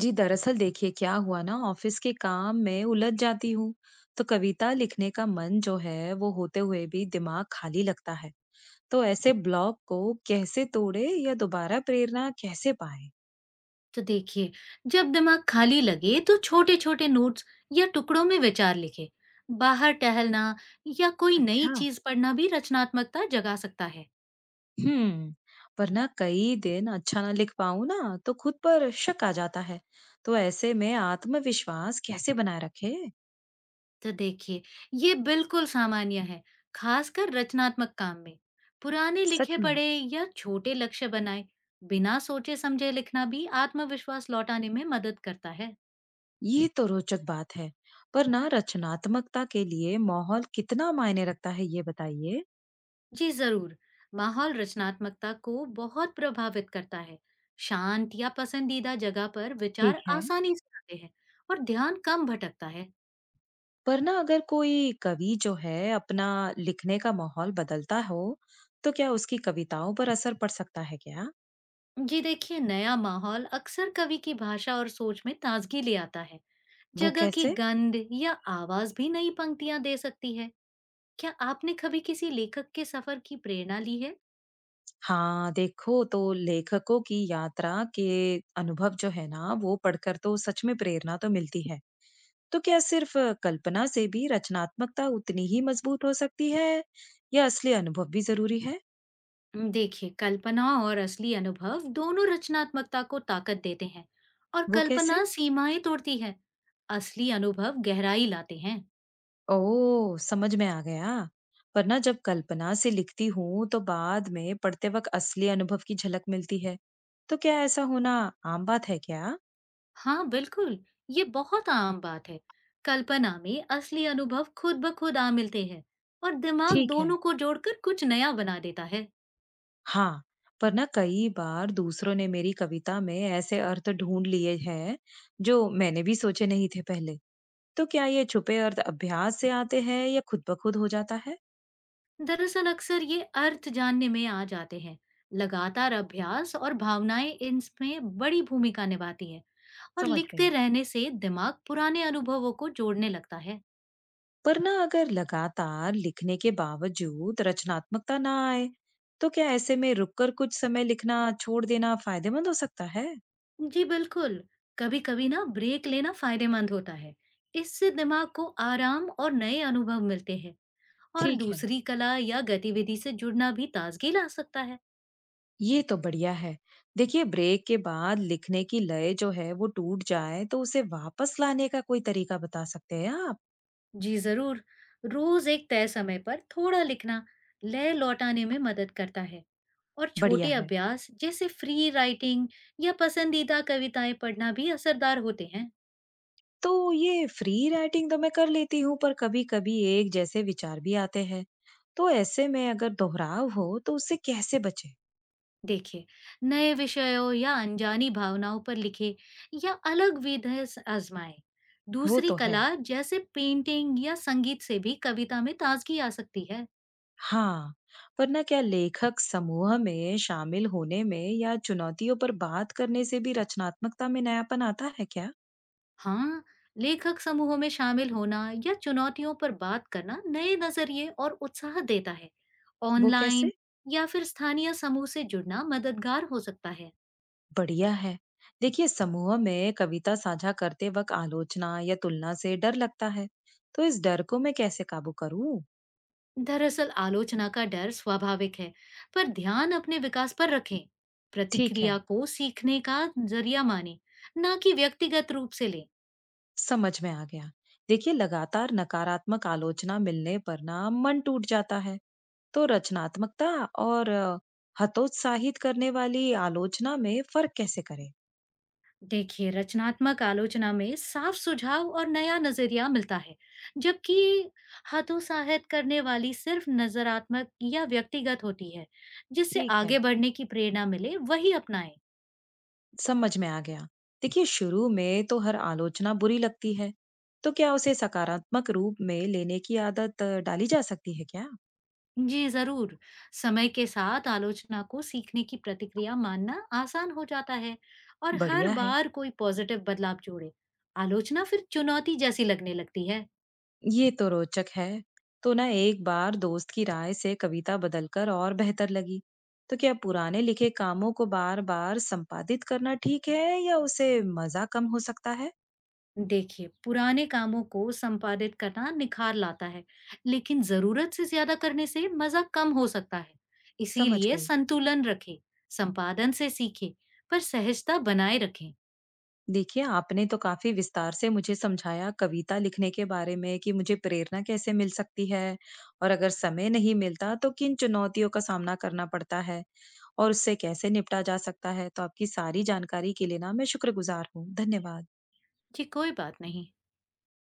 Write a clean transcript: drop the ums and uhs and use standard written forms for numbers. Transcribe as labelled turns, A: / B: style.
A: जी, दरअसल देखिए क्या हुआ ना ऑफिस के काम में उलझ जाती हूँ। तो कविता लिखने का मन जो है वो होते हुए भी दिमाग खाली लगता है। तो ऐसे ब्लॉक को कैसे तोड़े या दोबारा प्रेरणा कैसे पाए?
B: तो देखिए। जब दिमाग खाली लगे तो छोटे छोटे नोट्स या टुकड़ों में विचार लिखे। बाहर टहलना या कोई नई
A: अच्छा।
B: चीज पढ़ना भी रचनात्मकता जगा सकता है।
A: हम्म। वरना कई दिन अच्छा ना लिख पाऊं ना, तो खुद पर शक आ जाता है। तो ऐसे में आत्मविश्वास कैसे बनाए रखे?
B: तो देखिए, ये बिल्कुल सामान्य है, खासकर रचनात्मक काम में। पुराने
A: सच
B: लिखे
A: में?
B: पढ़े या छोटे लक्ष्य बनाए। बिना सोचे समझे लिखना भी आत्मविश्वास लौटाने में मदद करता है।
A: ये तो रोचक बात है। पर ना रचनात्मकता के लिए माहौल कितना मायने रखता है ये बताइए।
B: जी जरूर। माहौल रचनात्मकता को बहुत प्रभावित करता है। शांत या पसंदीदा जगह पर
A: ठीक
B: विचार
A: है।
B: आसानी से आते हैं और ध्यान कम भटकता है।
A: पर ना अगर कोई कवि जो है अपना लिखने का माहौल बदलता हो, तो क्या उसकी कविताओं पर असर पड़ सकता है क्या?
B: जी देखिए, नया माहौल अक्सर कवि की भाषा और सोच में ताजगी ले आता है।
A: वो
B: जगह की
A: कैसे?
B: गंध या आवाज भी नई पंक्तियां दे सकती है। क्या आपने कभी किसी लेखक के सफर की प्रेरणा ली है?
A: हाँ, देखो तो लेखकों की यात्रा के अनुभव जो है ना वो पढ़कर तो सच में प्रेरणा तो मिलती है। तो क्या सिर्फ कल्पना से भी रचनात्मकता उतनी ही मजबूत हो सकती है या असली अनुभव भी जरूरी है?
B: देखिए, कल्पना और असली अनुभव दोनों रचनात्मकता को ताकत देते हैं। और
A: वो कैसे?
B: कल्पना सीमाएं तोड़ती है। असली अनुभव गहराई लाते हैं।
A: ओह! समझ में आ गया। पर ना जब कल्पना से लिखती हूँ तो बाद में पढ़ते वक़्त असली अनुभव की झलक मिलती है। तो क्या ऐसा होना आम बात है क्या?
B: हाँ बिल्कुल। ये बहुत आम बात है। कल्पना में असली अनुभव खुद ब खुद आ मिलते हैं और दिमाग
A: ठीक है।
B: दोनों को जोड़कर कुछ नया बना देता है।
A: हाँ, पर ना कई बार दूसरों ने मेरी कविता में ऐसे अर्थ ढूँढ लिए हैं जो मैंने भी सोचे नहीं थे पहले। तो क्या ये छुपे अर्थ अभ्यास से आते हैं या खुद ब खुद हो जाता है?
B: दरअसल अक्सर ये अर्थ जानने में आ जाते हैं। लगातार अभ्यास और भावनाएं इसमें बड़ी भूमिका निभाती है और
A: समझ
B: लिखते
A: गई।
B: रहने से दिमाग पुराने अनुभवों को जोड़ने लगता है।
A: पर ना अगर लगातार लिखने के बावजूद रचनात्मकता ना आए, तो क्या ऐसे में रुककर कुछ समय लिखना छोड़ देना फायदेमंद हो सकता है?
B: जी बिल्कुल। कभी कभी ना ब्रेक लेना फायदेमंद होता है। इससे दिमाग को आराम और नए अनुभव मिलते हैं और
A: ठीक है।
B: दूसरी कला या गतिविधि से जुड़ना भी ताजगी ला सकता है।
A: ये तो बढ़िया है। देखिए ब्रेक के बाद लिखने की लय जो है वो टूट जाए तो उसे वापस लाने का कोई तरीका बता सकते हैं आप?
B: जी जरूर। रोज एक तय समय पर थोड़ा लिखना लय लौटाने में मदद करता है। और
A: बढ़िया
B: छोटे
A: है।
B: अभ्यास जैसे फ्री राइटिंग या पसंदीदा कविताएं पढ़ना भी असरदार होते हैं।
A: तो ये फ्री राइटिंग तो मैं कर लेती हूँ पर कभी-कभी एक जैसे विचार भी आते हैं। तो ऐसे में अगर दोहराव हो तो उससे कैसे बचे?
B: देखिए, नए विषयों या अनजानी भावनाओं पर लिखे या आजमाएं।
A: वो
B: दूसरी
A: तो है।
B: कला जैसे पेंटिंग या संगीत से भी कविता में ताजगी आ सकती है।
A: हाँ, पर ना क्या लेखक समूह में शामिल होने में या चुनौतियों पर बात करने से भी रचनात्मकता में नयापन आता है क्या?
B: हाँ, लेखक समूहों में शामिल होना या चुनौतियों पर बात करना नए नजरिए और उत्साह देता है।
A: वो
B: ऑनलाइन
A: कैसे?
B: या फिर स्थानीय समूह से जुड़ना मददगार हो सकता है।
A: बढ़िया है। देखिए, समूह में कविता साझा करते वक्त आलोचना या तुलना से डर लगता है, तो इस डर को मैं कैसे काबू करूं?
B: दरअसल आलोचना का डर स्वाभाविक है। पर ध्यान अपने विकास पर रखें।
A: ठीक है,
B: प्रतिक्रिया को सीखने का जरिया माने, ना कि व्यक्तिगत रूप से लें।
A: समझ में आ गया। देखिए, लगातार नकारात्मक आलोचना मिलने पर ना मन टूट जाता है, तो रचनात्मकता और हतोत्साहित करने वाली आलोचना में फर्क कैसे करें?
B: देखिए, रचनात्मक आलोचना में साफ सुझाव और नया नजरिया मिलता है। जबकि हतोत्साहित करने वाली सिर्फ नजरात्मक या व्यक्तिगत होती है। जिससे
A: ठीक है।
B: आगे बढ़ने की प्रेरणा मिले वही अपनाएं।
A: समझ में आ गया। देखिए शुरू में तो हर आलोचना बुरी लगती है। तो क्या उसे सकारात्मक रूप में लेने की आदत डाली जा सकती है क्या?
B: जी जरूर। समय के साथ आलोचना को सीखने की प्रतिक्रिया मानना आसान हो जाता है और हर
A: बढ़िया है।
B: बार कोई पॉजिटिव बदलाव जोड़े। आलोचना फिर चुनौती जैसी लगने लगती है।
A: ये तो रोचक है। तो ना एक बार दोस्त की राय से कविता बदलकर और बेहतर लगी। तो क्या पुराने लिखे कामों को बार बार संपादित करना ठीक है या उसे मजा कम हो सकता है?
B: देखिए, पुराने कामों को संपादित करना निखार लाता है। लेकिन जरूरत से ज्यादा करने से मजा कम हो सकता है।
A: समझ
B: इसीलिए
A: गई।
B: संतुलन रखें। संपादन से सीखें पर सहजता बनाए रखें।
A: देखिए, आपने तो काफ़ी विस्तार से मुझे समझाया कविता लिखने के बारे में कि मुझे प्रेरणा कैसे मिल सकती है और अगर समय नहीं मिलता तो किन चुनौतियों का सामना करना पड़ता है और उससे कैसे निपटा जा सकता है। तो आपकी सारी जानकारी के लिए ना मैं शुक्रगुजार हूँ। धन्यवाद।
B: जी कोई बात नहीं।